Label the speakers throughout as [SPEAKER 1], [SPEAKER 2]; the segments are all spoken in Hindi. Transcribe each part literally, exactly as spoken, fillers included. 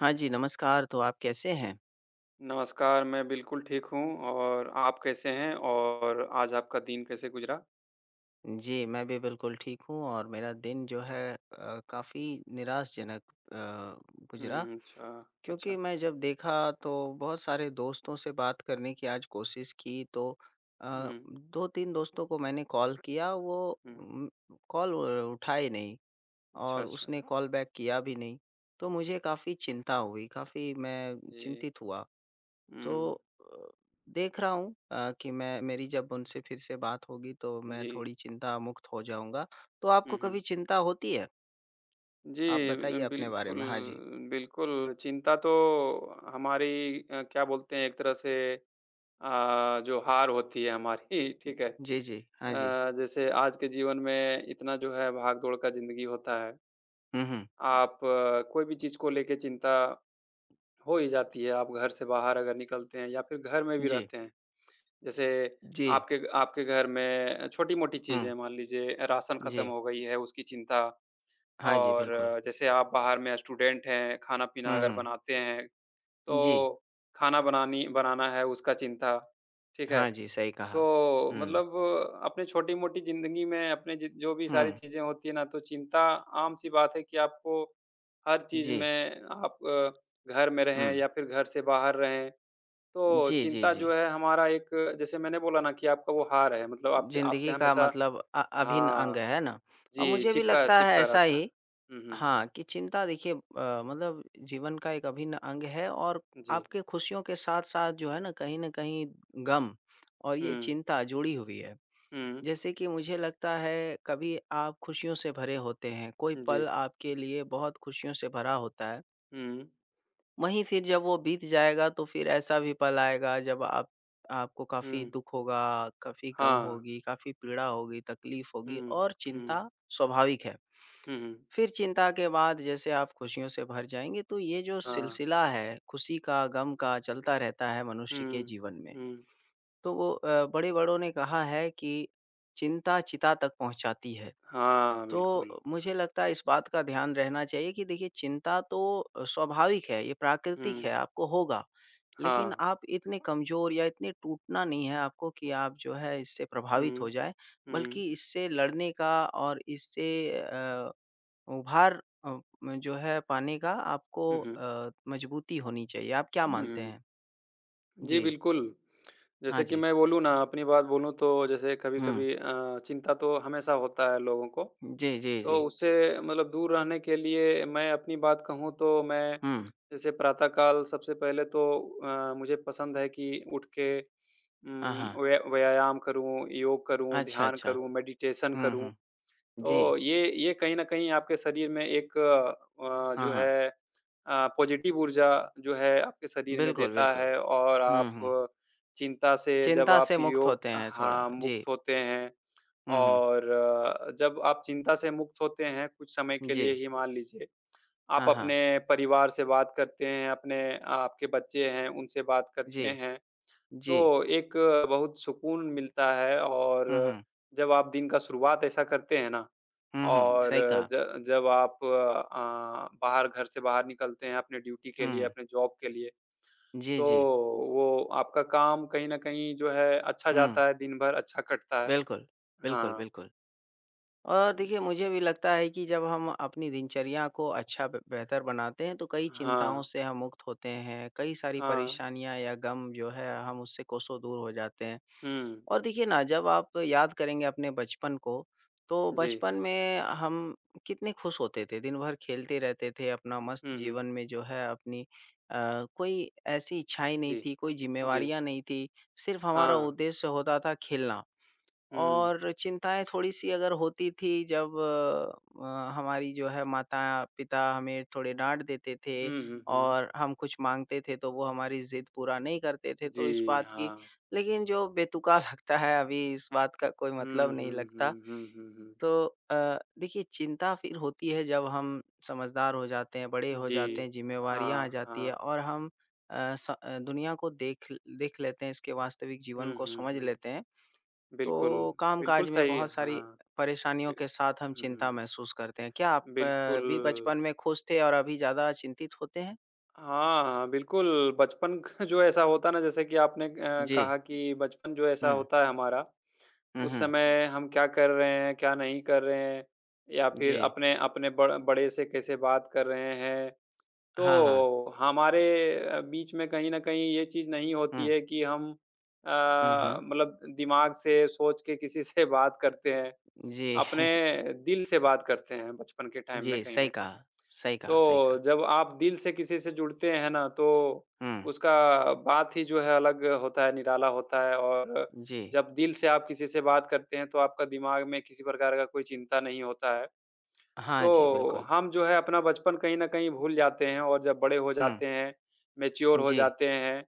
[SPEAKER 1] हाँ जी, नमस्कार। तो आप कैसे हैं?
[SPEAKER 2] नमस्कार, मैं बिल्कुल ठीक हूँ और आप कैसे हैं और आज आपका दिन कैसे गुज़रा?
[SPEAKER 1] जी, मैं भी बिल्कुल ठीक हूँ और मेरा दिन जो है अ, काफ़ी निराशजनक अ,
[SPEAKER 2] हुँ,
[SPEAKER 1] गुज़रा
[SPEAKER 2] हुँ, अच्छा,
[SPEAKER 1] क्योंकि
[SPEAKER 2] अच्छा।
[SPEAKER 1] मैं जब देखा तो बहुत सारे दोस्तों से बात करने की आज कोशिश की तो अ,
[SPEAKER 2] हुँ,
[SPEAKER 1] दो-तीन दोस्तों को मैंने कॉल किया वो
[SPEAKER 2] हुँ,
[SPEAKER 1] उम, कॉल उ- उठाए नहीं
[SPEAKER 2] अच्छा,
[SPEAKER 1] और
[SPEAKER 2] अच्छा।
[SPEAKER 1] उसने कॉल बैक किया भी नहीं। तो मुझे काफ़ी चिंता हुई, काफ़ी मैं
[SPEAKER 2] जी,
[SPEAKER 1] चिंतित हुआ तो
[SPEAKER 2] हुँ,
[SPEAKER 1] अ, देख रहा हूँ अ, कि मैं मेरी जब उनसे फिर से बात होगी तो मैं
[SPEAKER 2] जी,
[SPEAKER 1] थोड़ी चिंता मुक्त हो जाऊँगा। तो आपको
[SPEAKER 2] हुँ,
[SPEAKER 1] कभी
[SPEAKER 2] हुँ।
[SPEAKER 1] चिंता होती है?
[SPEAKER 2] जी,
[SPEAKER 1] आप
[SPEAKER 2] अ,
[SPEAKER 1] बताइए अपने बारे
[SPEAKER 2] बिल्कुल,
[SPEAKER 1] में। हाँ जी।
[SPEAKER 2] बिल्कुल, चिंता तो हमारी अ, क्या बोलते हैं एक तरह से अ, जो हार होती है हमारी, ठीक है।
[SPEAKER 1] जी, जी। हाँ जी।
[SPEAKER 2] अ, जैसे आज के जीवन में इतना जो है भाग-दौड़ का ज़िंदगी होता है,
[SPEAKER 1] हुँ, हुँ।
[SPEAKER 2] आप अ, कोई भी चीज़ को लेके चिंता हो ही जाती है। आप घर से बाहर अगर निकलते हैं या फिर घर में भी
[SPEAKER 1] जी,
[SPEAKER 2] रहते हैं, जैसे
[SPEAKER 1] जी।
[SPEAKER 2] आपके ग आपके घर में अ, छोटी-मोटी
[SPEAKER 1] हुँ,
[SPEAKER 2] चीज़ें मान लीजिए राशन खत्म
[SPEAKER 1] जी।
[SPEAKER 2] हो गई है, उसकी चिंता।
[SPEAKER 1] हाँ जी, बिल्कुल।
[SPEAKER 2] और जैसे आप बाहर में स्टूडेंट हैं, खाना-पीना
[SPEAKER 1] हुँ,
[SPEAKER 2] अगर
[SPEAKER 1] हुँ।
[SPEAKER 2] बनाते हैं,
[SPEAKER 1] जी।
[SPEAKER 2] तो खाना बनानी बनाना है उसका चिंता, ठीक है?
[SPEAKER 1] हाँ जी, सही कहा।
[SPEAKER 2] तो
[SPEAKER 1] हुँ,
[SPEAKER 2] मतलब अपने छोटी-मोटी ज़िंदगी में अपने जि जो भी
[SPEAKER 1] हुँ।
[SPEAKER 2] सारी चीज़ें होती हैं ना, तो चिंता आम-सी बात है कि आपको हर चीज़
[SPEAKER 1] जी।
[SPEAKER 2] में, आप अ, घर में
[SPEAKER 1] हुँ।
[SPEAKER 2] रहें या फिर घर से बाहर रहें, तो
[SPEAKER 1] जी, जी,
[SPEAKER 2] चिंता
[SPEAKER 1] जी।
[SPEAKER 2] जो है हमारा एक, जैसे मैंने बोला ना कि आपका वो हार है, मतलब आपके आपसे
[SPEAKER 1] ज़िंदगी का
[SPEAKER 2] हमेशा,
[SPEAKER 1] मतलब अ अभिन्न अंग
[SPEAKER 2] हाँ,
[SPEAKER 1] है ना? और
[SPEAKER 2] जी,
[SPEAKER 1] मुझे भी
[SPEAKER 2] चिपका
[SPEAKER 1] लगता है
[SPEAKER 2] चिपका
[SPEAKER 1] ऐसा
[SPEAKER 2] रहता है।
[SPEAKER 1] ही
[SPEAKER 2] हुँ, हुँ,
[SPEAKER 1] हाँ, कि चिंता देखिए अ, मतलब जीवन का एक अभिन्न अंग है और
[SPEAKER 2] जी।
[SPEAKER 1] आपके खुशियों के साथ-साथ जो है ना कहीं न कहीं गम और ये
[SPEAKER 2] हुँ,
[SPEAKER 1] चिंता जुड़ी हुई है।
[SPEAKER 2] हुँ,
[SPEAKER 1] जैसे कि मुझे लगता है कभी आप खुशियों से भरे होते हैं, कोई
[SPEAKER 2] जी।
[SPEAKER 1] पल आपके लिए बहुत खुशियों से भरा होता है।
[SPEAKER 2] हुँ,
[SPEAKER 1] वहीं फिर जब वो बीत जाएगा तो फिर ऐसा भी पल आएगा जब आप आपको काफ़ी
[SPEAKER 2] हुँ,
[SPEAKER 1] दुःख होगा, काफ़ी गम
[SPEAKER 2] हाँ।
[SPEAKER 1] होगी, काफ़ी पीड़ा होगी, तकलीफ होगी
[SPEAKER 2] हुँ,
[SPEAKER 1] और
[SPEAKER 2] हुँ,
[SPEAKER 1] चिंता स्वाभाविक है।
[SPEAKER 2] हुँ, हुँ,
[SPEAKER 1] फिर चिंता के बाद जैसे आप खुशियों से भर जाएँगे, तो ये जो
[SPEAKER 2] हाँ।
[SPEAKER 1] सिलसिला है, खुशी का, गम का चलता रहता है मनुष्य के
[SPEAKER 2] हुँ,
[SPEAKER 1] जीवन में।
[SPEAKER 2] हुँ।
[SPEAKER 1] तो वो अ, बड़े-बड़ों ने कहा है कि चिंता चिता तक पहुँचाती है।
[SPEAKER 2] हाँ, बिल्कुल।
[SPEAKER 1] तो मुझे लगता है इस बात का ध्यान रहना चाहिए कि देखिए चिंता तो अ, स्वाभाविक है, ये प्राकृतिक है,
[SPEAKER 2] हुँ,
[SPEAKER 1] आपको होगा। लेकिन
[SPEAKER 2] हाँ।
[SPEAKER 1] आप इतने कमज़ोर या इतने टूटना नहीं है आपको कि आप जो है इससे प्रभावित हो
[SPEAKER 2] हुँ,
[SPEAKER 1] जाएँ,
[SPEAKER 2] हुँ,
[SPEAKER 1] बल्कि इससे लड़ने का और इससे अ उभार अ, म जो है पाने का आपको
[SPEAKER 2] हुँ, हुँ।
[SPEAKER 1] अ, मजबूती होनी चाहिए। आप क्या
[SPEAKER 2] हुँ,
[SPEAKER 1] मानते
[SPEAKER 2] हुँ।
[SPEAKER 1] हैं?
[SPEAKER 2] जी,
[SPEAKER 1] जी।
[SPEAKER 2] बिल्कुल।
[SPEAKER 1] हाँ
[SPEAKER 2] जैसे कि
[SPEAKER 1] जी।
[SPEAKER 2] मैं बोलूँ ना, अपनी बात बोलूँ तो, जैसे
[SPEAKER 1] हुँ।
[SPEAKER 2] कभी-कभी अ, चिंता तो हमेशा होता है लोगों को।
[SPEAKER 1] जी, जी,
[SPEAKER 2] तो
[SPEAKER 1] जी।
[SPEAKER 2] उससे मतलब दूर रहने के लिए मैं अपनी बात कहूँ तो मैं
[SPEAKER 1] हुँ।
[SPEAKER 2] जैसे प्रातः काल सबसे पहले तो अ, मुझे पसंद है कि उठ के
[SPEAKER 1] हाँ,
[SPEAKER 2] उम,
[SPEAKER 1] हाँ।
[SPEAKER 2] व्या व्यायाम करूँ, योग करूँ,
[SPEAKER 1] अच्छा,
[SPEAKER 2] ध्यान
[SPEAKER 1] अच्छा।
[SPEAKER 2] करूँ, मेडिटेशन
[SPEAKER 1] हुँ,
[SPEAKER 2] करूँ।
[SPEAKER 1] हुँ। जी।
[SPEAKER 2] तो ये ये कहीं न कहीं आपके शरीर में एक अ,
[SPEAKER 1] हाँ,
[SPEAKER 2] जो
[SPEAKER 1] हाँ।
[SPEAKER 2] है अ, पॉज़िटिव ऊर्जा जो है आपके शरीर में
[SPEAKER 1] बिल्कुल,
[SPEAKER 2] देता
[SPEAKER 1] बिल्कुल।
[SPEAKER 2] है, और
[SPEAKER 1] हुँ,
[SPEAKER 2] आप
[SPEAKER 1] हुँ।
[SPEAKER 2] चिंता से जब
[SPEAKER 1] चिंता
[SPEAKER 2] आप
[SPEAKER 1] से मुक्त
[SPEAKER 2] योग,
[SPEAKER 1] होते हैं थोड़ा।
[SPEAKER 2] हाँ,
[SPEAKER 1] जी।
[SPEAKER 2] मुक्त होते हैं,
[SPEAKER 1] हुँ, हुँ।
[SPEAKER 2] और अ, जब आप चिंता से मुक्त होते हैं कुछ समय के
[SPEAKER 1] जी।
[SPEAKER 2] लिए ही मान लीजिए, आप
[SPEAKER 1] हाँ, हाँ।
[SPEAKER 2] अपने परिवार से बात करते हैं, अपने आपके बच्चे हैं उनसे बात
[SPEAKER 1] जी,
[SPEAKER 2] करते हैं।
[SPEAKER 1] जी।
[SPEAKER 2] तो एक बहुत सुकून मिलता है, और
[SPEAKER 1] हुँ, हुँ।
[SPEAKER 2] जब आप दिन का शुरुआत ऐसा करते हैं ना,
[SPEAKER 1] हुँ, हुँ।
[SPEAKER 2] और
[SPEAKER 1] सही कहा।
[SPEAKER 2] ज जब आप अ, बाहर, घर से बाहर निकलते हैं अपने ड्यूटी
[SPEAKER 1] हुँ,
[SPEAKER 2] के लिए,
[SPEAKER 1] हुँ।
[SPEAKER 2] अपने जॉब के लिए,
[SPEAKER 1] जी,
[SPEAKER 2] तो
[SPEAKER 1] जी।
[SPEAKER 2] वो आपका काम कहीं न कहीं जो है अच्छा
[SPEAKER 1] हुँ।
[SPEAKER 2] जाता है, दिन भर अच्छा कटता है।
[SPEAKER 1] बिल्कुल, बिल्कुल,
[SPEAKER 2] हाँ।
[SPEAKER 1] बिल्कुल। और
[SPEAKER 2] हुँ।
[SPEAKER 1] देखिए, मुझे भी लगता है कि जब हम अपनी दिनचर्या को अच्छा ब बेहतर बनाते हैं, तो कई चिंताओं
[SPEAKER 2] हाँ,
[SPEAKER 1] से हम मुक्त होते हैं, कई सारी
[SPEAKER 2] हाँ।
[SPEAKER 1] परेशानियाँ या गम जो है, हम उससे कोसों दूर हो जाते हैं।
[SPEAKER 2] हुँ।
[SPEAKER 1] और देखिए ना, जब आप याद करेंगे अपने बचपन को, तो
[SPEAKER 2] जी।
[SPEAKER 1] बचपन में हम कितने खुश होते थे, दिन भर खेलते रहते थे, अपना मस्त
[SPEAKER 2] हुँ, हुँ।
[SPEAKER 1] जीवन में जो है अपनी अ, कोई ऐसी इच्छाएँ नहीं
[SPEAKER 2] जी,
[SPEAKER 1] थी, कोई
[SPEAKER 2] जी।
[SPEAKER 1] ज़िम्मेवारियाँ नहीं थी, सिर्फ़ हमारा
[SPEAKER 2] हाँ।
[SPEAKER 1] उद्देश्य होता था खेलना।
[SPEAKER 2] हुँ।
[SPEAKER 1] और चिंताएँ थोड़ी-सी अगर होती थी जब अ, अ, हमारी जो है माता-पिता हमें थोड़े डाँट देते थे
[SPEAKER 2] हुँ, हुँ, हुँ।
[SPEAKER 1] और हम कुछ माँगते थे तो वो हमारी ज़िद पूरा नहीं करते थे तो इस
[SPEAKER 2] जी,
[SPEAKER 1] बात की
[SPEAKER 2] हाँ।
[SPEAKER 1] लेकिन जो बेतुका लगता है अभी इस बात का कोई
[SPEAKER 2] हुँ,
[SPEAKER 1] मतलब नहीं
[SPEAKER 2] हुँ,
[SPEAKER 1] लगता।
[SPEAKER 2] हुँ, हुँ, हुँ, हुँ।
[SPEAKER 1] तो अ, देखिए चिंता फिर होती है जब हम समझदार हो जाते हैं, बड़े हो जाते
[SPEAKER 2] जी।
[SPEAKER 1] हैं, ज़िम्मेवारियाँ आ
[SPEAKER 2] हाँ,
[SPEAKER 1] जाती है
[SPEAKER 2] हाँ।
[SPEAKER 1] और हम अ, स अ, दुनिया को देख देख लेते हैं, इसके वास्तविक जीवन
[SPEAKER 2] हुँ,
[SPEAKER 1] को
[SPEAKER 2] हुँ,
[SPEAKER 1] समझ
[SPEAKER 2] हुँ।
[SPEAKER 1] लेते हैं।
[SPEAKER 2] बिल्कुल,
[SPEAKER 1] तो
[SPEAKER 2] बिल्कुल
[SPEAKER 1] कामकाज में
[SPEAKER 2] सही,
[SPEAKER 1] बहुत
[SPEAKER 2] हाँ।
[SPEAKER 1] सारी परेशानियों
[SPEAKER 2] बि
[SPEAKER 1] के साथ हम चिंता
[SPEAKER 2] हुँ,
[SPEAKER 1] महसूस करते हैं। क्या आप अ,
[SPEAKER 2] बिल्कुल।
[SPEAKER 1] भी बचपन में खुश थे और अभी ज़्यादा चिंतित होते हैं?
[SPEAKER 2] हाँ, हाँ, बिल्कुल, बचपन का जो ऐसा होता है ना, जैसे कि आपने अ,
[SPEAKER 1] जी।
[SPEAKER 2] कहा कि बचपन जो ऐसा
[SPEAKER 1] हुँ।
[SPEAKER 2] होता है हमारा,
[SPEAKER 1] हुँ,
[SPEAKER 2] उस
[SPEAKER 1] हुँ।
[SPEAKER 2] समय हम क्या कर रहे हैं, क्या नहीं कर रहे हैं, या
[SPEAKER 1] जी।
[SPEAKER 2] फिर अपने अपने बड़ बड़े से कैसे बात कर रहे हैं,
[SPEAKER 1] हाँ, हाँ।
[SPEAKER 2] तो हमारे अ, बीच में कहीं न कहीं ये चीज़ नहीं होती
[SPEAKER 1] हुँ।
[SPEAKER 2] है कि हम अ,
[SPEAKER 1] हुँ, हुँ।
[SPEAKER 2] मतलब दिमाग से सोच के किसी से बात करते हैं,
[SPEAKER 1] जी।
[SPEAKER 2] अपने दिल से बात करते हैं बचपन के टाइम में
[SPEAKER 1] जी,
[SPEAKER 2] कहीं
[SPEAKER 1] सही
[SPEAKER 2] न कहीं।
[SPEAKER 1] कहा। सही कहा, सही
[SPEAKER 2] तो
[SPEAKER 1] कहा।
[SPEAKER 2] जब आप दिल से किसी से जुड़ते हैं ना, तो
[SPEAKER 1] हुँ।
[SPEAKER 2] उसका बात ही जो है अलग होता है, निराला होता है, और
[SPEAKER 1] जी।
[SPEAKER 2] जब दिल से आप किसी से बात करते हैं, तो आपका दिमाग में किसी प्रकार का कोई चिंता नहीं होता है।
[SPEAKER 1] हाँ जी,
[SPEAKER 2] तो
[SPEAKER 1] बिल्कुल।
[SPEAKER 2] हम जो है अपना बचपन कहीं न कहीं भूल जाते हैं, और जब बड़े हो
[SPEAKER 1] हुँ।
[SPEAKER 2] जाते हैं, मैच्योर हो
[SPEAKER 1] जी।
[SPEAKER 2] जाते हैं,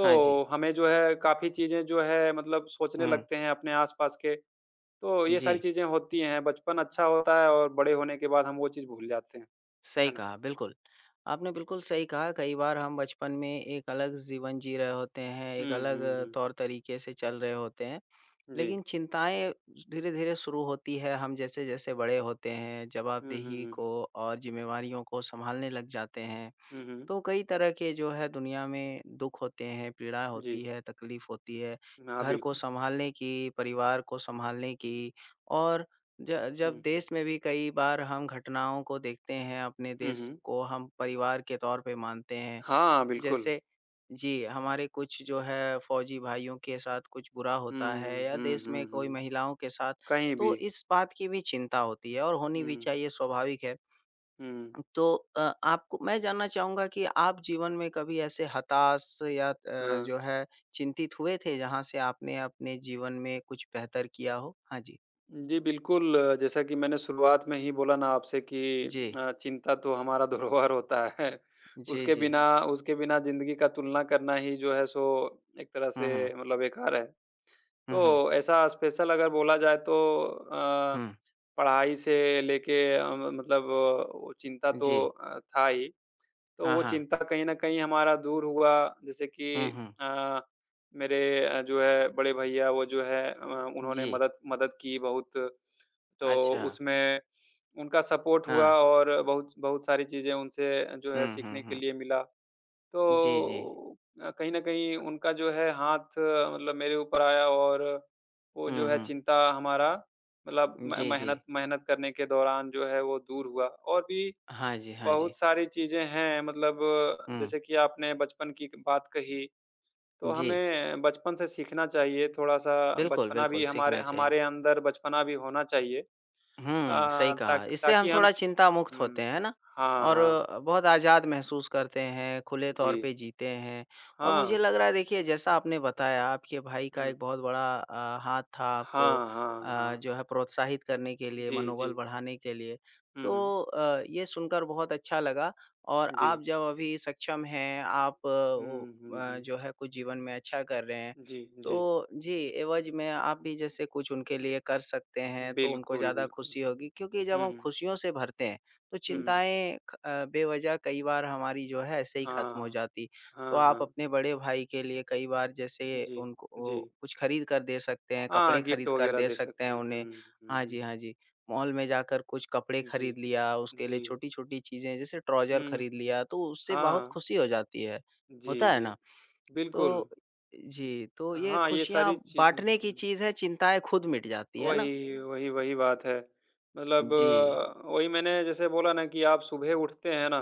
[SPEAKER 1] हाँ जी।
[SPEAKER 2] हमें जो है काफ़ी चीज़ें जो है मतलब सोचने
[SPEAKER 1] हुँ।
[SPEAKER 2] लगते हैं अपने आस-पास के, तो ये
[SPEAKER 1] जी।
[SPEAKER 2] सारी चीज़ें होती हैं। बचपन अच्छा होता है, और बड़े होने के बाद हम वो चीज़ भूल जाते हैं।
[SPEAKER 1] सही
[SPEAKER 2] है ना?
[SPEAKER 1] कहा, बिल्कुल। आपने बिल्कुल सही कहा, कई बार हम बचपन में एक अलग जीवन जी रहे होते हैं, एक
[SPEAKER 2] हुँ,
[SPEAKER 1] अलग
[SPEAKER 2] हुँ, हुँ।
[SPEAKER 1] तौर-तरीके से चल रहे होते हैं।
[SPEAKER 2] जी।
[SPEAKER 1] लेकिन चिंताएँ धीरे-धीरे शुरू होती है, हम जैसे-जैसे बड़े होते हैं,
[SPEAKER 2] हुँ, हुँ,
[SPEAKER 1] जवाबदेही
[SPEAKER 2] हुँ,
[SPEAKER 1] को
[SPEAKER 2] हुँ।
[SPEAKER 1] और ज़िम्मेवारियों को सँभालने लग जाते हैं,
[SPEAKER 2] हुँ, हुँ।
[SPEAKER 1] तो कई तरह के जो है दुनिया में दुःख होते हैं, पीड़ा होती
[SPEAKER 2] जी।
[SPEAKER 1] है, तकलीफ़ होती है,
[SPEAKER 2] हाँ,
[SPEAKER 1] घर को
[SPEAKER 2] बिल्कुल।
[SPEAKER 1] सँभालने की, परिवार को सँभालने की और ज जब
[SPEAKER 2] हुँ, हुँ।
[SPEAKER 1] देश में भी कई बार हम घटनाओं को देखते हैं, अपने
[SPEAKER 2] हुँ,
[SPEAKER 1] देश
[SPEAKER 2] हुँ।
[SPEAKER 1] को हम परिवार के तौर पे मानते हैं।
[SPEAKER 2] हाँ, बिल्कुल।
[SPEAKER 1] जैसे जी, हमारे कुछ जो है फ़ौजी भाइयों के साथ कुछ बुरा होता है
[SPEAKER 2] हुँ,
[SPEAKER 1] या
[SPEAKER 2] हुँ,
[SPEAKER 1] देश में
[SPEAKER 2] हुँ,
[SPEAKER 1] कोई
[SPEAKER 2] हुँ।
[SPEAKER 1] महिलाओं के साथ,
[SPEAKER 2] कहीं भी।
[SPEAKER 1] तो इस बात की भी चिंता होती है और होनी भी
[SPEAKER 2] हुँ,
[SPEAKER 1] चाहिए स्वाभाविक है।
[SPEAKER 2] हुँ।
[SPEAKER 1] तो अ, आपको मैं जानना चाहूँगा कि आप जीवन में कभी ऐसे हताश या अ, जो
[SPEAKER 2] हाँ।
[SPEAKER 1] है चिंतित हुए थे जहाँ से आपने अपने जीवन में कुछ बेहतर किया हो? हाँ जी।
[SPEAKER 2] जी, बिल्कुल, अ, जैसा कि मैंने शुरुआत में ही बोला ना आपसे कि
[SPEAKER 1] जी,
[SPEAKER 2] अ, चिंता तो हमारा धरोहर होता है।
[SPEAKER 1] जी,
[SPEAKER 2] उसके
[SPEAKER 1] जी।
[SPEAKER 2] बिना उसके बिना ज़िंदगी का तुलना करना ही जो है सो, एक तरह
[SPEAKER 1] हुँ,
[SPEAKER 2] से
[SPEAKER 1] हुँ।
[SPEAKER 2] मतलब बेकार है।
[SPEAKER 1] हुँ, हुँ।
[SPEAKER 2] तो ऐसा स्पेशल अगर बोला जाए तो अ,
[SPEAKER 1] हुँ।
[SPEAKER 2] पढ़ाई से लेके अ, मतलब अ, वो चिंता तो
[SPEAKER 1] जी।
[SPEAKER 2] अ, था ही। तो
[SPEAKER 1] हाँ,
[SPEAKER 2] वो
[SPEAKER 1] हाँ।
[SPEAKER 2] चिंता कहीं न कहीं हमारा दूर हुआ, जैसे कि
[SPEAKER 1] हुँ, हुँ।
[SPEAKER 2] अ, मेरे अ, जो है बड़े भैया, वो जो है अ, उन्होंने
[SPEAKER 1] जी।
[SPEAKER 2] मदद मदद की बहुत। तो
[SPEAKER 1] अच्छा।
[SPEAKER 2] उसमें उनका सपोर्ट हुआ,
[SPEAKER 1] हाँ।
[SPEAKER 2] और बहुत बहुत सारी चीज़ें उनसे जो है
[SPEAKER 1] हुँ, हुँ,
[SPEAKER 2] सीखने के
[SPEAKER 1] हुँ।
[SPEAKER 2] लिए मिला। तो
[SPEAKER 1] जी, जी।
[SPEAKER 2] अ, कहीं न कहीं उनका जो है हाथ अ, मतलब मेरे ऊपर आया, और वो
[SPEAKER 1] हुँ,
[SPEAKER 2] जो है
[SPEAKER 1] हुँ।
[SPEAKER 2] चिंता हमारा मतलब म
[SPEAKER 1] जी, जी।
[SPEAKER 2] मेहनत मेहनत करने के दौरान जो है वो दूर हुआ, और भी
[SPEAKER 1] हाँ जी, हाँ जी।
[SPEAKER 2] बहुत सारी चीज़ें हैं मतलब, अ,
[SPEAKER 1] हुँ।
[SPEAKER 2] जैसे कि आपने बचपन की बात कही, तो
[SPEAKER 1] जी,
[SPEAKER 2] हमें बचपन से सीखना चाहिए थोड़ा-सा,
[SPEAKER 1] बिल्कुल,
[SPEAKER 2] बचपना
[SPEAKER 1] बिल्कुल
[SPEAKER 2] भी हमारे
[SPEAKER 1] सीखना चाहिए।
[SPEAKER 2] हमारे अंदर बचपना भी होना चाहिए। अ,
[SPEAKER 1] हुँ, सही
[SPEAKER 2] ता
[SPEAKER 1] कहा। इससे हम
[SPEAKER 2] ताकि हम।
[SPEAKER 1] थोड़ा चिंता मुक्त होते
[SPEAKER 2] हुँ।
[SPEAKER 1] हैं, है ना?
[SPEAKER 2] हाँ,
[SPEAKER 1] और
[SPEAKER 2] हाँ।
[SPEAKER 1] अ, बहुत आज़ाद महसूस करते हैं, खुले
[SPEAKER 2] जी।
[SPEAKER 1] तौर पे जीते हैं और
[SPEAKER 2] हाँ।
[SPEAKER 1] मुझे लग रहा है देखिए जैसा आपने बताया आपके भाई का
[SPEAKER 2] हुँ।
[SPEAKER 1] एक बहुत बड़ा अ, हाथ था आपको
[SPEAKER 2] हाँ, हाँ,
[SPEAKER 1] अ,
[SPEAKER 2] हाँ।
[SPEAKER 1] जो है प्रोत्साहित करने के लिए,
[SPEAKER 2] जी,
[SPEAKER 1] मनोबल
[SPEAKER 2] जी।
[SPEAKER 1] बढ़ाने के लिए।
[SPEAKER 2] हुँ, हुँ।
[SPEAKER 1] तो अ, ये सुनकर बहुत अच्छा लगा और
[SPEAKER 2] जी।
[SPEAKER 1] आप जब अभी सक्षम हैं, आप अ, वो
[SPEAKER 2] हुँ, हुँ,
[SPEAKER 1] अ,
[SPEAKER 2] हुँ।
[SPEAKER 1] जो है कुछ जीवन में अच्छा कर रहे हैं।
[SPEAKER 2] जी, जी।
[SPEAKER 1] तो जी, एवज़ में आप भी जैसे कुछ उनके लिए कर सकते हैं, तो उनको
[SPEAKER 2] बिल्कुल,
[SPEAKER 1] ज़्यादा
[SPEAKER 2] बिल्कुल।
[SPEAKER 1] खुशी होगी क्योंकि जब
[SPEAKER 2] हुँ,
[SPEAKER 1] हम
[SPEAKER 2] हुँ।
[SPEAKER 1] खुशियों से भरते हैं, तो
[SPEAKER 2] हुँ।
[SPEAKER 1] चिंताएँ ख अ, बेवज़ह कई बार हमारी जो है ऐसे ही ख़त्म हो
[SPEAKER 2] हाँ।
[SPEAKER 1] जाती। तो
[SPEAKER 2] हाँ,
[SPEAKER 1] आप
[SPEAKER 2] हाँ।
[SPEAKER 1] अपने बड़े भाई के लिए कई बार जैसे
[SPEAKER 2] जी,
[SPEAKER 1] उनको वो
[SPEAKER 2] जी।
[SPEAKER 1] कुछ खरीद कर दे सकते हैं, कपड़े
[SPEAKER 2] हाँ, गिफ्ट
[SPEAKER 1] खरीद कर
[SPEAKER 2] वग़ैरह
[SPEAKER 1] दे
[SPEAKER 2] दे
[SPEAKER 1] सकते
[SPEAKER 2] सकते
[SPEAKER 1] हैं
[SPEAKER 2] हैं।
[SPEAKER 1] उन्हें।
[SPEAKER 2] हुँ, हुँ,
[SPEAKER 1] हाँ
[SPEAKER 2] हुँ।
[SPEAKER 1] जी, हाँ जी। मॉल में जाकर कुछ कपड़े
[SPEAKER 2] जी,
[SPEAKER 1] खरीद लिया, उसके
[SPEAKER 2] जी।
[SPEAKER 1] लिए छोटी-छोटी चीज़ें जैसे ट्राउज़र
[SPEAKER 2] हुँ,
[SPEAKER 1] खरीद
[SPEAKER 2] हुँ।
[SPEAKER 1] लिया, तो उससे बहुत
[SPEAKER 2] हाँ,
[SPEAKER 1] खुशी हो जाती है।
[SPEAKER 2] जी,
[SPEAKER 1] होता है
[SPEAKER 2] जी।
[SPEAKER 1] ना? तो
[SPEAKER 2] बिल्कुल।
[SPEAKER 1] जी, तो ये
[SPEAKER 2] हाँ, ये
[SPEAKER 1] खुशियाँ
[SPEAKER 2] सारी चीज़ें,
[SPEAKER 1] बाँटने की
[SPEAKER 2] हुँ,
[SPEAKER 1] चीज़ है, चिंताएँ खुद मिट जाती है ना?
[SPEAKER 2] वही, वही, वही बात है। मतलब
[SPEAKER 1] जी।
[SPEAKER 2] अ, वही मैंने जैसे बोला ना कि आप सुबह उठते हैं ना,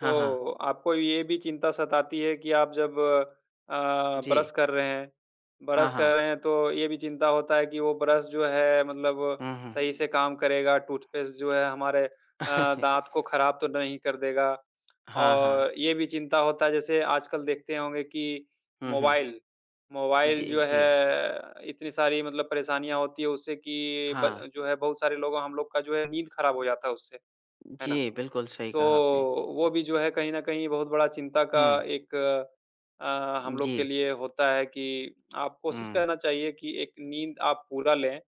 [SPEAKER 1] हाँ, हाँ।
[SPEAKER 2] तो आपको ये भी चिंता सताती है कि आप जब अ,
[SPEAKER 1] जी।
[SPEAKER 2] ब्रश कर रहे हैं,
[SPEAKER 1] हाँ,
[SPEAKER 2] ब्रश कर
[SPEAKER 1] हाँ।
[SPEAKER 2] रहे हैं तो ये भी चिंता होता है कि वो ब्रश जो है मतलब
[SPEAKER 1] हुँ, हुँ।
[SPEAKER 2] सही से काम करेगा, टूथपेस्ट जो है हमारे अ, दाँत को खराब तो नहीं कर देगा।
[SPEAKER 1] हाँ, हाँ।
[SPEAKER 2] और ये भी चिंता होता है, जैसे आजकल देखते होंगे कि
[SPEAKER 1] हुँ, हुँ।
[SPEAKER 2] मोबाइल, मोबाइल
[SPEAKER 1] जी,
[SPEAKER 2] जो
[SPEAKER 1] जी।
[SPEAKER 2] है इतनी सारी मतलब परेशानियाँ होती है उससे कि ब
[SPEAKER 1] हाँ।
[SPEAKER 2] जो है बहुत सारे लोगों, हम लोग का जो है नींद खराब हो जाता है उससे, है ना?
[SPEAKER 1] जी, बिल्कुल सही
[SPEAKER 2] तो
[SPEAKER 1] कहा आपने।
[SPEAKER 2] वो भी जो है कहीं न कहीं बहुत बड़ा चिंता का
[SPEAKER 1] हुँ,
[SPEAKER 2] एक अ, हम लोग
[SPEAKER 1] जी।
[SPEAKER 2] के लिए होता है कि आप कोशिश
[SPEAKER 1] हुँ,
[SPEAKER 2] करना चाहिए कि एक नींद आप पूरा लें,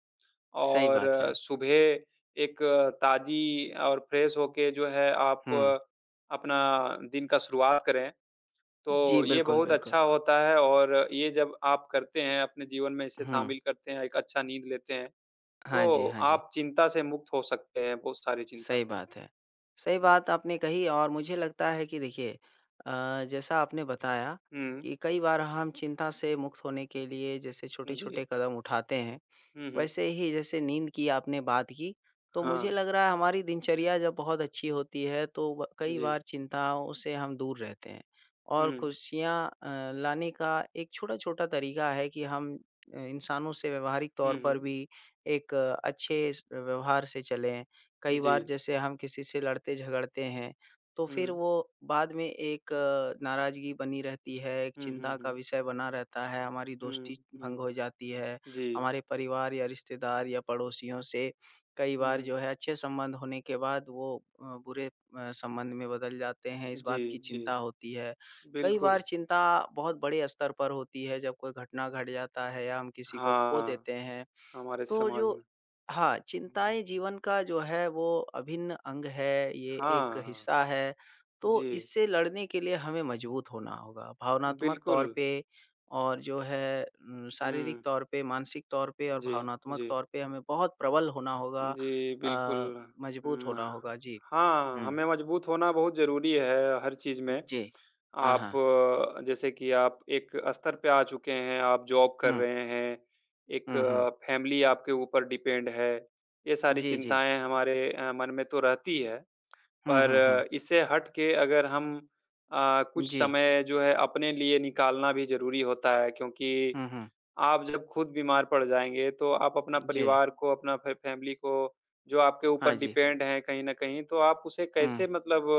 [SPEAKER 1] सही बात है।
[SPEAKER 2] और सुबह एक ताज़ी और फ्रेश होके जो है आप
[SPEAKER 1] हुँ।
[SPEAKER 2] अपना दिन का शुरुआत करें।
[SPEAKER 1] जी,
[SPEAKER 2] तो ये
[SPEAKER 1] बिल्कुल,
[SPEAKER 2] बहुत
[SPEAKER 1] बिल्कुल।
[SPEAKER 2] अच्छा होता है, और ये जब आप करते हैं, अपने जीवन में इसे
[SPEAKER 1] हुँ।
[SPEAKER 2] शामिल करते हैं, एक अच्छा नींद लेते हैं,
[SPEAKER 1] हाँ जी,
[SPEAKER 2] तो
[SPEAKER 1] हाँ जी।
[SPEAKER 2] आप चिंता से मुक्त हो सकते हैं, बहुत सारी चिंता
[SPEAKER 1] सही
[SPEAKER 2] से।
[SPEAKER 1] बात है। सही
[SPEAKER 2] हुँ।
[SPEAKER 1] बात आपने कही और मुझे लगता है कि देखिए अ, जैसा आपने बताया कि कई बार हम चिंता से मुक्त होने के लिए जैसे
[SPEAKER 2] हुँ,
[SPEAKER 1] छोटे-छोटे
[SPEAKER 2] जी।
[SPEAKER 1] कदम उठाते हैं
[SPEAKER 2] हुँ, हुँ।
[SPEAKER 1] वैसे ही जैसे नींद की आपने बात की, तो
[SPEAKER 2] हाँ,
[SPEAKER 1] मुझे लग रहा है हमारी दिनचर्या जब बहुत अच्छी होती है तो ब कई
[SPEAKER 2] जी।
[SPEAKER 1] बार चिंताओं से हम दूर रहते हैं।
[SPEAKER 2] हुँ,
[SPEAKER 1] और खुशियाँ अ, लाने का एक छोटा-छोटा तरीका है कि हम अ, इंसानों से व्यावहारिक तौर
[SPEAKER 2] हुँ,
[SPEAKER 1] पर
[SPEAKER 2] हुँ,
[SPEAKER 1] भी एक अ, अच्छे स व्यवहार से चलें। कई
[SPEAKER 2] जी।
[SPEAKER 1] बार जैसे हम किसी से लड़ते-झगड़ते हैं, तो फिर
[SPEAKER 2] हुँ,
[SPEAKER 1] वो बाद में एक नाराज़गी बनी रहती है, एक
[SPEAKER 2] हुँ, हुँ,
[SPEAKER 1] चिंता का
[SPEAKER 2] हुँ।
[SPEAKER 1] विषय बना रहता है, हमारी
[SPEAKER 2] हुँ,
[SPEAKER 1] दोस्ती भंग
[SPEAKER 2] हुँ,
[SPEAKER 1] हो जाती है।
[SPEAKER 2] जी।
[SPEAKER 1] हमारे परिवार या रिश्तेदार या पड़ोसियों से कई बार
[SPEAKER 2] हुँ,
[SPEAKER 1] जो है अच्छे संबंध होने के बाद वो अ, बुरे अ, संबंध में बदल जाते हैं, इस
[SPEAKER 2] जी,
[SPEAKER 1] बात की
[SPEAKER 2] जी,
[SPEAKER 1] चिंता होती है। कई
[SPEAKER 2] बिल्कुल।
[SPEAKER 1] बार चिंता बहुत बड़े स्तर पर होती है जब कोई घटना घट जाता है या हम किसी को खो
[SPEAKER 2] हाँ,
[SPEAKER 1] देते हैं।
[SPEAKER 2] हमारे
[SPEAKER 1] तो
[SPEAKER 2] समाज में।
[SPEAKER 1] जो हाँ,
[SPEAKER 2] हुँ, हुँ,
[SPEAKER 1] चिंताएँ
[SPEAKER 2] हुँ।
[SPEAKER 1] जीवन का जो है वो अभिन्न अंग है, ये एक
[SPEAKER 2] हाँ, हाँ,
[SPEAKER 1] हिस्सा है, तो
[SPEAKER 2] जी,
[SPEAKER 1] इससे लड़ने के लिए हमें मजबूत होना होगा। भावनात्मक तौर
[SPEAKER 2] बिल्कुल।
[SPEAKER 1] पे और जो है उम, शारीरिक
[SPEAKER 2] हुँ,
[SPEAKER 1] तौर पे, मानसिक तौर पे और
[SPEAKER 2] जी,
[SPEAKER 1] भावनात्मक
[SPEAKER 2] जी।
[SPEAKER 1] तौर पे हमें बहुत प्रबल होना होगा,
[SPEAKER 2] जी, बिल्कुल।
[SPEAKER 1] अ, मजबूत
[SPEAKER 2] उम,
[SPEAKER 1] होना होगा। जी।
[SPEAKER 2] हाँ,
[SPEAKER 1] हुँ।
[SPEAKER 2] हमें मजबूत होना बहुत ज़रूरी है हर चीज़ में।
[SPEAKER 1] जी। हाँ,
[SPEAKER 2] आप
[SPEAKER 1] हाँ।
[SPEAKER 2] अ, जैसे कि आप एक स्तर पे आ चुके हैं, आप जॉब कर
[SPEAKER 1] हुँ।
[SPEAKER 2] रहे हैं, एक
[SPEAKER 1] हुँ, हुँ।
[SPEAKER 2] फैमिली आपके ऊपर डिपेंड है, ये सारी
[SPEAKER 1] जी, जी।
[SPEAKER 2] चिंताएँ हमारे अ, मन में तो रहती है,
[SPEAKER 1] हुँ,
[SPEAKER 2] पर
[SPEAKER 1] हुँ, हुँ।
[SPEAKER 2] अ, इससे हट के अगर हम अ, कुछ
[SPEAKER 1] जी।
[SPEAKER 2] समय जो है अपने लिए निकालना भी ज़रूरी होता है, क्योंकि
[SPEAKER 1] हुँ, हुँ।
[SPEAKER 2] आप जब खुद बीमार पड़ जाएँगे, तो आप अपना
[SPEAKER 1] जी।
[SPEAKER 2] परिवार को, अपना फ़े फ़ैमिली को, जो आपके
[SPEAKER 1] हाँ
[SPEAKER 2] ऊपर
[SPEAKER 1] जी।
[SPEAKER 2] डिपेंड हैं कहीं न कहीं, तो आप उसे
[SPEAKER 1] हुँ।
[SPEAKER 2] कैसे मतलब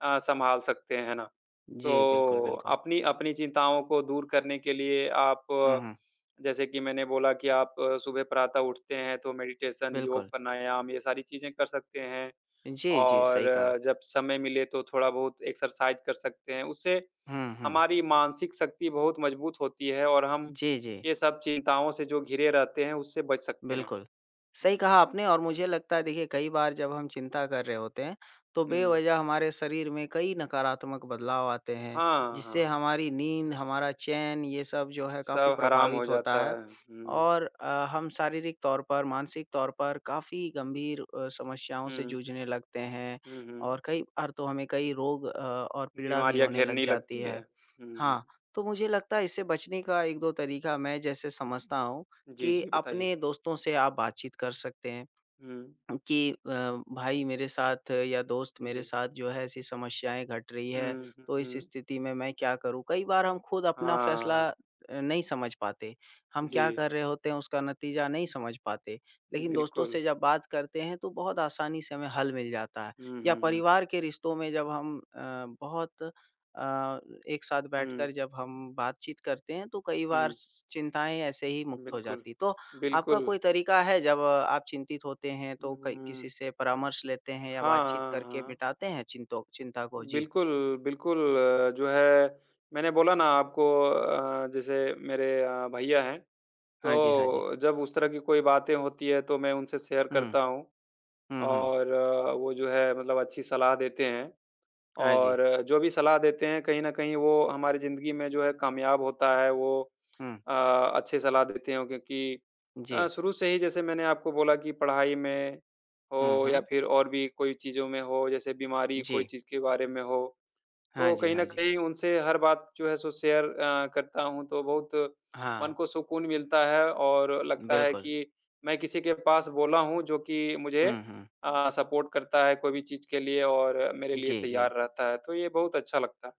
[SPEAKER 2] अ, सँभाल सकते हैं, है ना?
[SPEAKER 1] जी, बिल्कुल,
[SPEAKER 2] तो
[SPEAKER 1] बिल्कुल।
[SPEAKER 2] अपनी अपनी चिंताओं को दूर करने के लिए, आप
[SPEAKER 1] हुँ,
[SPEAKER 2] अ,
[SPEAKER 1] हुँ।
[SPEAKER 2] जैसे कि मैंने बोला कि आप अ, सुबह प्रातः उठते हैं, तो मेडिटेशन,
[SPEAKER 1] बिल्कुल।
[SPEAKER 2] योग, प्राणायाम ये सारी चीज़ें कर सकते हैं,
[SPEAKER 1] जी, जी,
[SPEAKER 2] और
[SPEAKER 1] सही कहा।
[SPEAKER 2] अ, जब समय मिले तो थोड़ा-बहुत एक्सरसाइज़ कर सकते हैं। उससे
[SPEAKER 1] हुँ, हुँ।
[SPEAKER 2] हमारी मानसिक शक्ति बहुत मजबूत होती है, और हम
[SPEAKER 1] जी, जी,
[SPEAKER 2] ये सब चिंताओं से जो घिरे रहते हैं, उससे बच सकते हैं।
[SPEAKER 1] बिल्कुल। सही
[SPEAKER 2] हुँ,
[SPEAKER 1] कहा आपने और मुझे लगता है देखिए कई बार जब हम चिंता कर रहे होते हैं, तो
[SPEAKER 2] हुँ।
[SPEAKER 1] बेवज़ह हमारे शरीर में कई नकारात्मक बदलाव आते हैं,
[SPEAKER 2] हाँ,
[SPEAKER 1] जिससे
[SPEAKER 2] हाँ।
[SPEAKER 1] हमारी नींद, हमारा चैन ये सब जो है काफ़ी
[SPEAKER 2] सब हराम हो
[SPEAKER 1] प्रभावित होता
[SPEAKER 2] जाता
[SPEAKER 1] है
[SPEAKER 2] है। हुँ,
[SPEAKER 1] और अ, हम शारीरिक तौर पर, मानसिक तौर पर काफ़ी गंभीर अ, समस्याओं से
[SPEAKER 2] हुँ,
[SPEAKER 1] जूझने लगते हैं
[SPEAKER 2] हुँ, हुँ।
[SPEAKER 1] और कई बार तो हमें कई रोग अ, और पीड़ा भी
[SPEAKER 2] बीमारियाँ
[SPEAKER 1] होने लग
[SPEAKER 2] घेरने
[SPEAKER 1] जाती
[SPEAKER 2] लगती है।
[SPEAKER 1] है।
[SPEAKER 2] हुँ, हुँ।
[SPEAKER 1] हाँ, तो मुझे लगता है इससे बचने का एक-दो तरीका मैं जैसे समझता हूँ
[SPEAKER 2] जी,
[SPEAKER 1] कि
[SPEAKER 2] जी, बताइए।
[SPEAKER 1] अपने दोस्तों से आप बातचीत कर सकते हैं।
[SPEAKER 2] हुँ,
[SPEAKER 1] कि अ, भाई मेरे साथ या दोस्त मेरे
[SPEAKER 2] जी।
[SPEAKER 1] साथ जो है ऐसी समस्याएँ घट रही है,
[SPEAKER 2] हुँ, हुँ,
[SPEAKER 1] तो इस
[SPEAKER 2] हुँ।
[SPEAKER 1] स्थिति में मैं क्या करूँ? कई बार हम खुद अपना फैसला
[SPEAKER 2] हाँ,
[SPEAKER 1] अ, नहीं समझ पाते। हम क्या
[SPEAKER 2] जी,
[SPEAKER 1] कर रहे होते हैं उसका नतीजा नहीं समझ पाते। लेकिन दोस्तों
[SPEAKER 2] बिल्कुल।
[SPEAKER 1] से जब बात करते हैं तो बहुत आसानी से हमें हल मिल जाता है।
[SPEAKER 2] हुँ,
[SPEAKER 1] या
[SPEAKER 2] हुँ, हुँ।
[SPEAKER 1] परिवार के रिश्तों में जब हम अ, बहुत अ, एक साथ
[SPEAKER 2] हुँ,
[SPEAKER 1] बैठकर जब हम बातचीत करते हैं तो कई बार
[SPEAKER 2] हुँ।
[SPEAKER 1] स चिंताएँ ऐसे ही मुक्त हो
[SPEAKER 2] बिल्कुल,
[SPEAKER 1] जाती। तो आपका
[SPEAKER 2] बिल्कुल।
[SPEAKER 1] कोई तरीका है जब अ, आप चिंतित होते हैं तो कई
[SPEAKER 2] हुँ,
[SPEAKER 1] किसी से परामर्श लेते हैं या
[SPEAKER 2] हाँ,
[SPEAKER 1] बातचीत
[SPEAKER 2] हाँ,
[SPEAKER 1] करके
[SPEAKER 2] हाँ।
[SPEAKER 1] मिटाते हैं चिंतो चिंता को? जी।
[SPEAKER 2] बिल्कुल, बिल्कुल, अ, जो है मैंने बोला ना आपको, अ, जैसे मेरे अ, भैया हैं,
[SPEAKER 1] हाँ जी, हाँ जी।
[SPEAKER 2] तो जब उस तरह की कोई बातें होती है तो मैं उनसे शेयर
[SPEAKER 1] हुँ,
[SPEAKER 2] करता हूँ,
[SPEAKER 1] हुँ, हुँ।
[SPEAKER 2] और अ, वो जो है मतलब अच्छी सलाह देते हैं,
[SPEAKER 1] हाँ जी।
[SPEAKER 2] और जो भी सलाह देते हैं कहीं न कहीं वो हमारी ज़िंदगी में जो है कामयाब होता है, वो
[SPEAKER 1] हुँ,
[SPEAKER 2] अ, अच्छे सलाह देते हैं, क्योंकि
[SPEAKER 1] जी।
[SPEAKER 2] अ, शुरू से ही जैसे मैंने आपको बोला कि पढ़ाई में
[SPEAKER 1] हुँ,
[SPEAKER 2] हो, या
[SPEAKER 1] हुँ।
[SPEAKER 2] फिर और भी कोई चीज़ों में हो, जैसे बीमारी कोई
[SPEAKER 1] जी।
[SPEAKER 2] चीज़ के बारे में हो।
[SPEAKER 1] हाँ
[SPEAKER 2] तो
[SPEAKER 1] जी,
[SPEAKER 2] कहीं न
[SPEAKER 1] हाँ जी।
[SPEAKER 2] कहीं उनसे हर बात जो है सो शेयर अ, करता हूँ, तो बहुत मन
[SPEAKER 1] हाँ,
[SPEAKER 2] को सुकून मिलता है, और लगता है
[SPEAKER 1] बिल्कुल।
[SPEAKER 2] कि मैं किसी के पास बोला हूँ जो कि मुझे
[SPEAKER 1] हुँ, हुँ।
[SPEAKER 2] अ, सपोर्ट करता है कोई भी चीज़ के लिए, और मेरे लिए
[SPEAKER 1] जी, जी।
[SPEAKER 2] तैयार रहता है, तो ये बहुत अच्छा लगता है।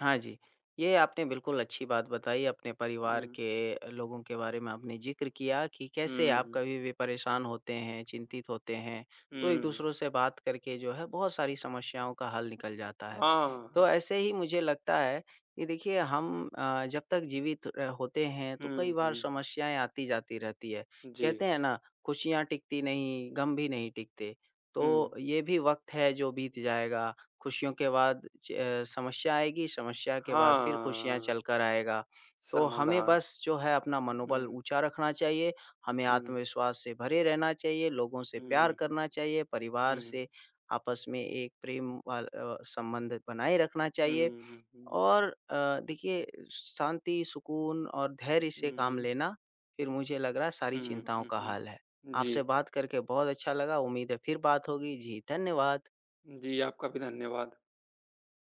[SPEAKER 1] हाँ जी, ये आपने बिल्कुल अच्छी बात बताई, अपने परिवार
[SPEAKER 2] हुँ,
[SPEAKER 1] के लोगों के बारे में आपने ज़िक्र किया कि कैसे आप
[SPEAKER 2] हुँ,
[SPEAKER 1] कभी भी परेशान होते हैं, चिंतित होते हैं, तो
[SPEAKER 2] हुँ,
[SPEAKER 1] एक-दूसरों से बात करके जो है बहुत सारी समस्याओं का हल निकल जाता है।
[SPEAKER 2] हाँ,
[SPEAKER 1] तो
[SPEAKER 2] हाँ।
[SPEAKER 1] ऐसे ही मुझे लगता है कि देखिए हम अ, जब तक जीवित र होते हैं तो कई
[SPEAKER 2] हुँ,
[SPEAKER 1] बार
[SPEAKER 2] हुँ,
[SPEAKER 1] समस्याएँ आती-जाती रहती है।
[SPEAKER 2] जी,
[SPEAKER 1] कहते हैं ना, खुशियाँ टिकती नहीं, गम भी नहीं टिकते, तो
[SPEAKER 2] हुँ,
[SPEAKER 1] ये भी वक़्त है जो बीत जाएगा खुशियों के बाद च अ, समस्या आएगी, समस्या के बाद फिर खुशियाँ चल
[SPEAKER 2] हाँ,
[SPEAKER 1] कर आएगा। तो हमें
[SPEAKER 2] समाधान।
[SPEAKER 1] बस जो है अपना मनोबल
[SPEAKER 2] हुँ,
[SPEAKER 1] ऊँचा रखना चाहिए, हमें
[SPEAKER 2] हुँ,
[SPEAKER 1] आत्मविश्वास से भरे रहना चाहिए, लोगों से
[SPEAKER 2] हुँ,
[SPEAKER 1] प्यार
[SPEAKER 2] हुँ, हुँ,
[SPEAKER 1] करना चाहिए, परिवार
[SPEAKER 2] हुँ, हुँ,
[SPEAKER 1] से आपस में एक प्रेम वाल अ, संबंध बनाए रखना चाहिए
[SPEAKER 2] हुँ, हुँ,
[SPEAKER 1] और अ, देखिए शांति, सुकून और धैर्य से
[SPEAKER 2] हुँ,
[SPEAKER 1] काम
[SPEAKER 2] हुँ।
[SPEAKER 1] लेना, फिर मुझे लग रहा है सारी
[SPEAKER 2] हुँ,
[SPEAKER 1] चिंताओं
[SPEAKER 2] हुँ,
[SPEAKER 1] का हल है।
[SPEAKER 2] हुँ। जी।
[SPEAKER 1] आपसे बात करके बहुत अच्छा लगा, उम्मीद है फिर बात होगी। जी, धन्यवाद।
[SPEAKER 2] जी, आपका भी धन्यवाद।